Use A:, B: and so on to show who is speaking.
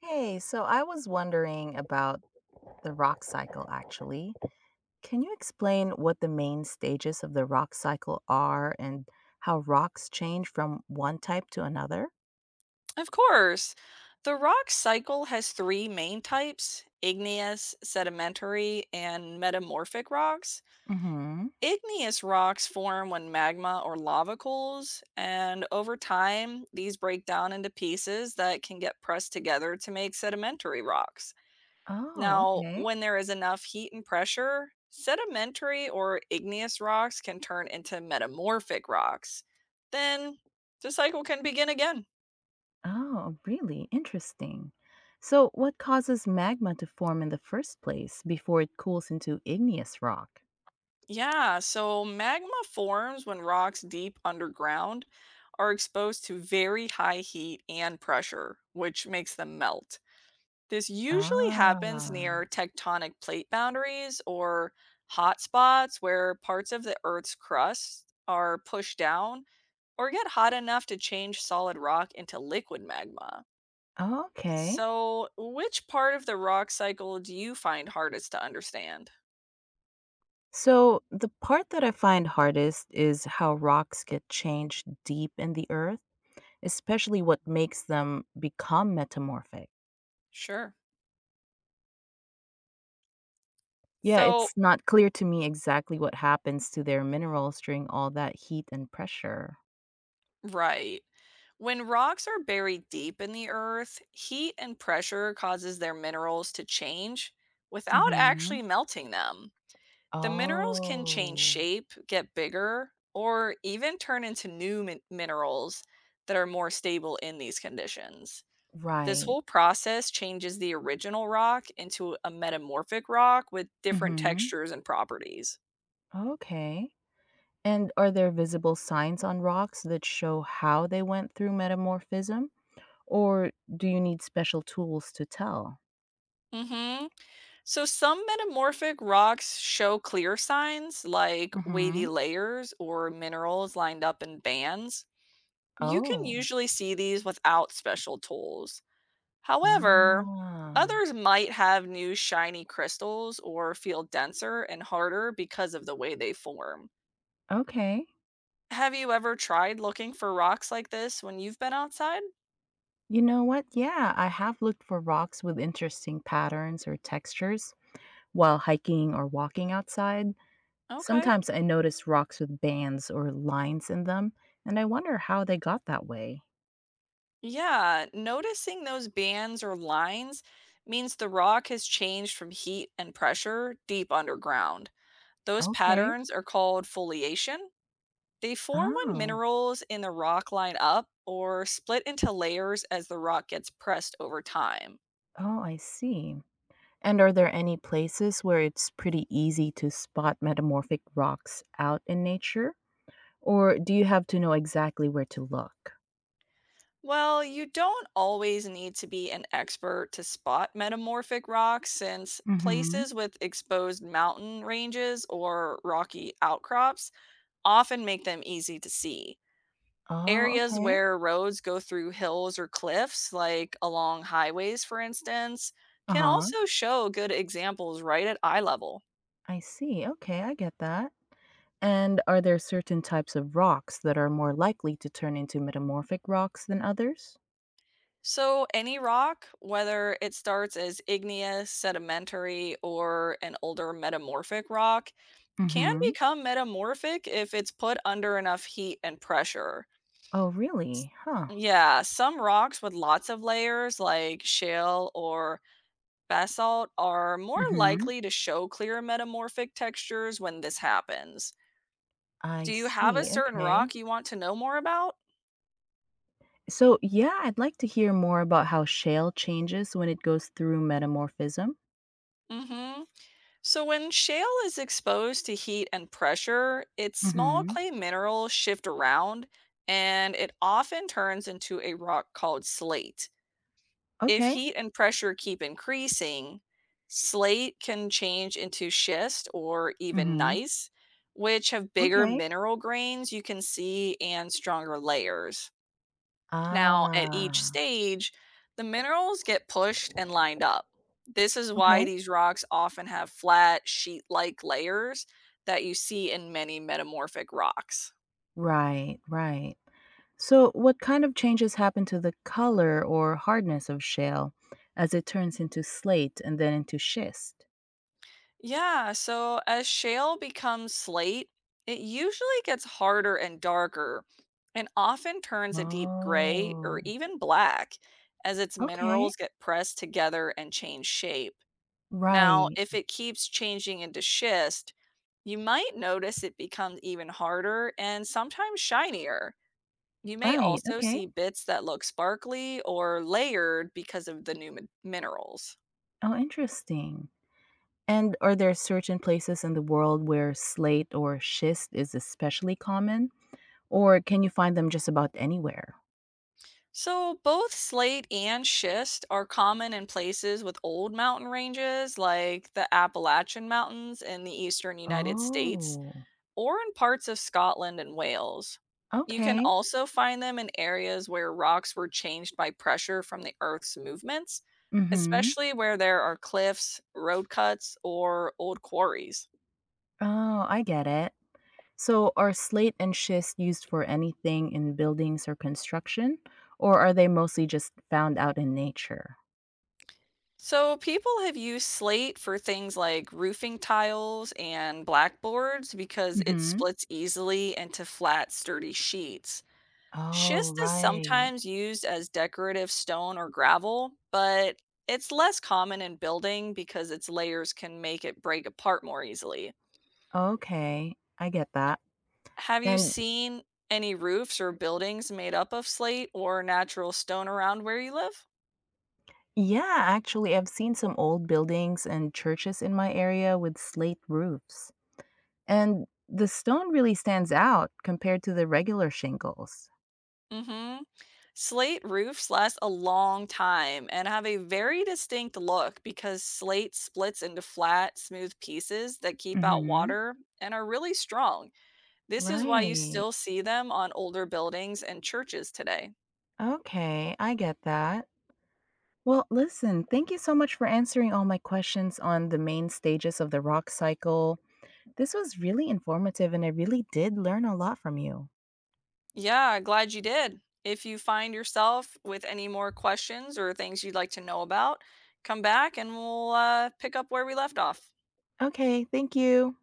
A: Hey, so I was wondering about the rock cycle actually. Can you explain what the main stages of the rock cycle are and how rocks change from one type to another?
B: Of course. The rock cycle has three main types: igneous, sedimentary, and metamorphic rocks.
A: Mm-hmm.
B: Igneous rocks form when magma or lava cools, and over time, these break down into pieces that can get pressed together to make sedimentary rocks.
A: Oh,
B: Now,
A: okay.
B: when there is enough heat and pressure, sedimentary or igneous rocks can turn into metamorphic rocks. Then the cycle can begin again.
A: Oh, really interesting. So, what causes magma to form in the first place before it cools into igneous rock?
B: Yeah, so magma forms when rocks deep underground are exposed to very high heat and pressure, which makes them melt. This usually happens near
A: Ah,
B: tectonic plate boundaries or hotspots where parts of the Earth's crust are pushed down or get hot enough to change solid rock into liquid magma.
A: okay.
B: So, which part of the rock cycle do you find hardest to understand?
A: So, the part that I find hardest is how rocks get changed deep in the earth, especially what makes them become metamorphic.
B: Sure.
A: Yeah,
B: So,
A: it's not clear to me exactly what happens to their minerals during all that heat and pressure.
B: right. When rocks are buried deep in the earth, heat and pressure causes their minerals to change without actually
A: hmm
B: melting them. The minerals can change
A: Oh,
B: shape, get bigger, or even turn into new minerals that are more stable in these conditions. This
A: right.
B: whole process changes the original rock into a metamorphic rock with different
A: hmm
B: textures and properties.
A: Okay. And are there visible signs on rocks that show how they went through metamorphism? Or do you need special tools to tell?
B: Hmm. So, some metamorphic rocks show clear signs like wavy
A: Hmm.
B: layers or minerals lined up in bands. You can
A: Oh.
B: usually see these without special tools. However,
A: Ah.
B: others might have new shiny crystals or feel denser and harder because of the way they form.
A: Okay.
B: Have you ever tried looking for rocks like this when you've been outside?
A: You know what? Yeah, I have looked for rocks with interesting patterns or textures while hiking or walking outside.
B: Okay.
A: Sometimes I notice rocks with bands or lines in them, and I wonder how they got that way.
B: Yeah, noticing those bands or lines means the rock has changed from heat and pressure deep underground. Those
A: Okay.
B: patterns are called foliation. They form when
A: Oh.
B: minerals in the rock line up or split into layers as the rock gets pressed over time.
A: Oh, I see. And are there any places where it's pretty easy to spot metamorphic rocks out in nature? Or do you have to know exactly where to look?
B: Well, you don't always need to be an expert to spot metamorphic rocks, since places with exposed mountain ranges or rocky outcrops often make them easy to see.
A: Oh,
B: Areas
A: okay.
B: where roads go through hills or cliffs, like along highways, for instance, can
A: Uh-huh.
B: also show good examples right at eye level.
A: I see. Okay, I get that. And are there certain types of rocks that are more likely to turn into metamorphic rocks than others?
B: So, any rock, whether it starts as igneous, sedimentary, or an older metamorphic rock, can
A: Mm-hmm.
B: become metamorphic if it's put under enough heat and pressure.
A: Oh, really? Huh.
B: Yeah, some rocks with lots of layers, like shale or basalt, are more
A: Mm-hmm.
B: likely to show clear metamorphic textures when this happens.
A: I
B: Do you have a
A: see.
B: certain
A: Okay.
B: rock you want to know more about?
A: So, yeah, I'd like to hear more about how shale changes when it goes through metamorphism.
B: Hmm. So, when shale is exposed to heat and pressure, its small
A: Mm-hmm.
B: clay minerals shift around and it often turns into a rock called slate. If
A: Okay.
B: heat and pressure keep increasing, slate can change into schist or even
A: Mm-hmm.
B: gneiss, which have bigger
A: Okay.
B: mineral grains you can see and stronger layers. Now, at each
A: Ah.
B: stage, the minerals get pushed and lined up. This is why
A: Okay.
B: these rocks often have flat, sheet like layers that you see in many metamorphic rocks.
A: Right, right. So, what kind of changes happen to the color or hardness of shale as it turns into slate and then into schist?
B: Yeah, so as shale becomes slate, it usually gets harder and darker and often turns a deep gray or
A: Oh,
B: even black as its
A: okay.
B: minerals get pressed together and change shape. Now,
A: Right,
B: if it keeps changing into schist, you might notice it becomes even harder and sometimes shinier. You may
A: right.
B: also
A: Okay.
B: see bits that look sparkly or layered because of the new minerals.
A: Oh, interesting. And are there certain places in the world where slate or schist is especially common, or can you find them just about anywhere?
B: So, both slate and schist are common in places with old mountain ranges like the Appalachian Mountains in the eastern United States
A: Oh,
B: or in parts of Scotland and Wales. You can
A: okay.
B: also find them in areas where rocks were changed by pressure from the Earth's movements,
A: Mm hmm.
B: especially where there are cliffs, road cuts, or old quarries.
A: Oh, I get it. So, are slate and schist used for anything in buildings or construction, or are they mostly just found out in nature?
B: So people have used slate for things like roofing tiles and blackboards because it
A: Hmm.
B: splits easily into flat, sturdy sheets.
A: Oh,
B: Schist is
A: right.
B: sometimes used as decorative stone or gravel, but it's less common in building because its layers can make it break apart more easily.
A: Okay. I get that.
B: Have you
A: And
B: seen any roofs or buildings made up of slate or natural stone around where you live?
A: yeah, actually, I've seen some old buildings and churches in my area with slate roofs. And the stone really stands out compared to the regular shingles.
B: Mhm. Slate roofs last a long time and have a very distinct look because slate splits into flat, smooth pieces that keep out
A: Hmm.
B: water and are really strong. This is why you
A: Right.
B: still see them on older buildings and churches today.
A: Okay. I get that. Well, listen, thank you so much for answering all my questions on the main stages of the rock cycle. This was really informative and I really did learn a lot from you.
B: Yeah, glad you did. If you find yourself with any more questions or things you'd like to know about, come back and we'll pick up where we left off.
A: Okay, thank you.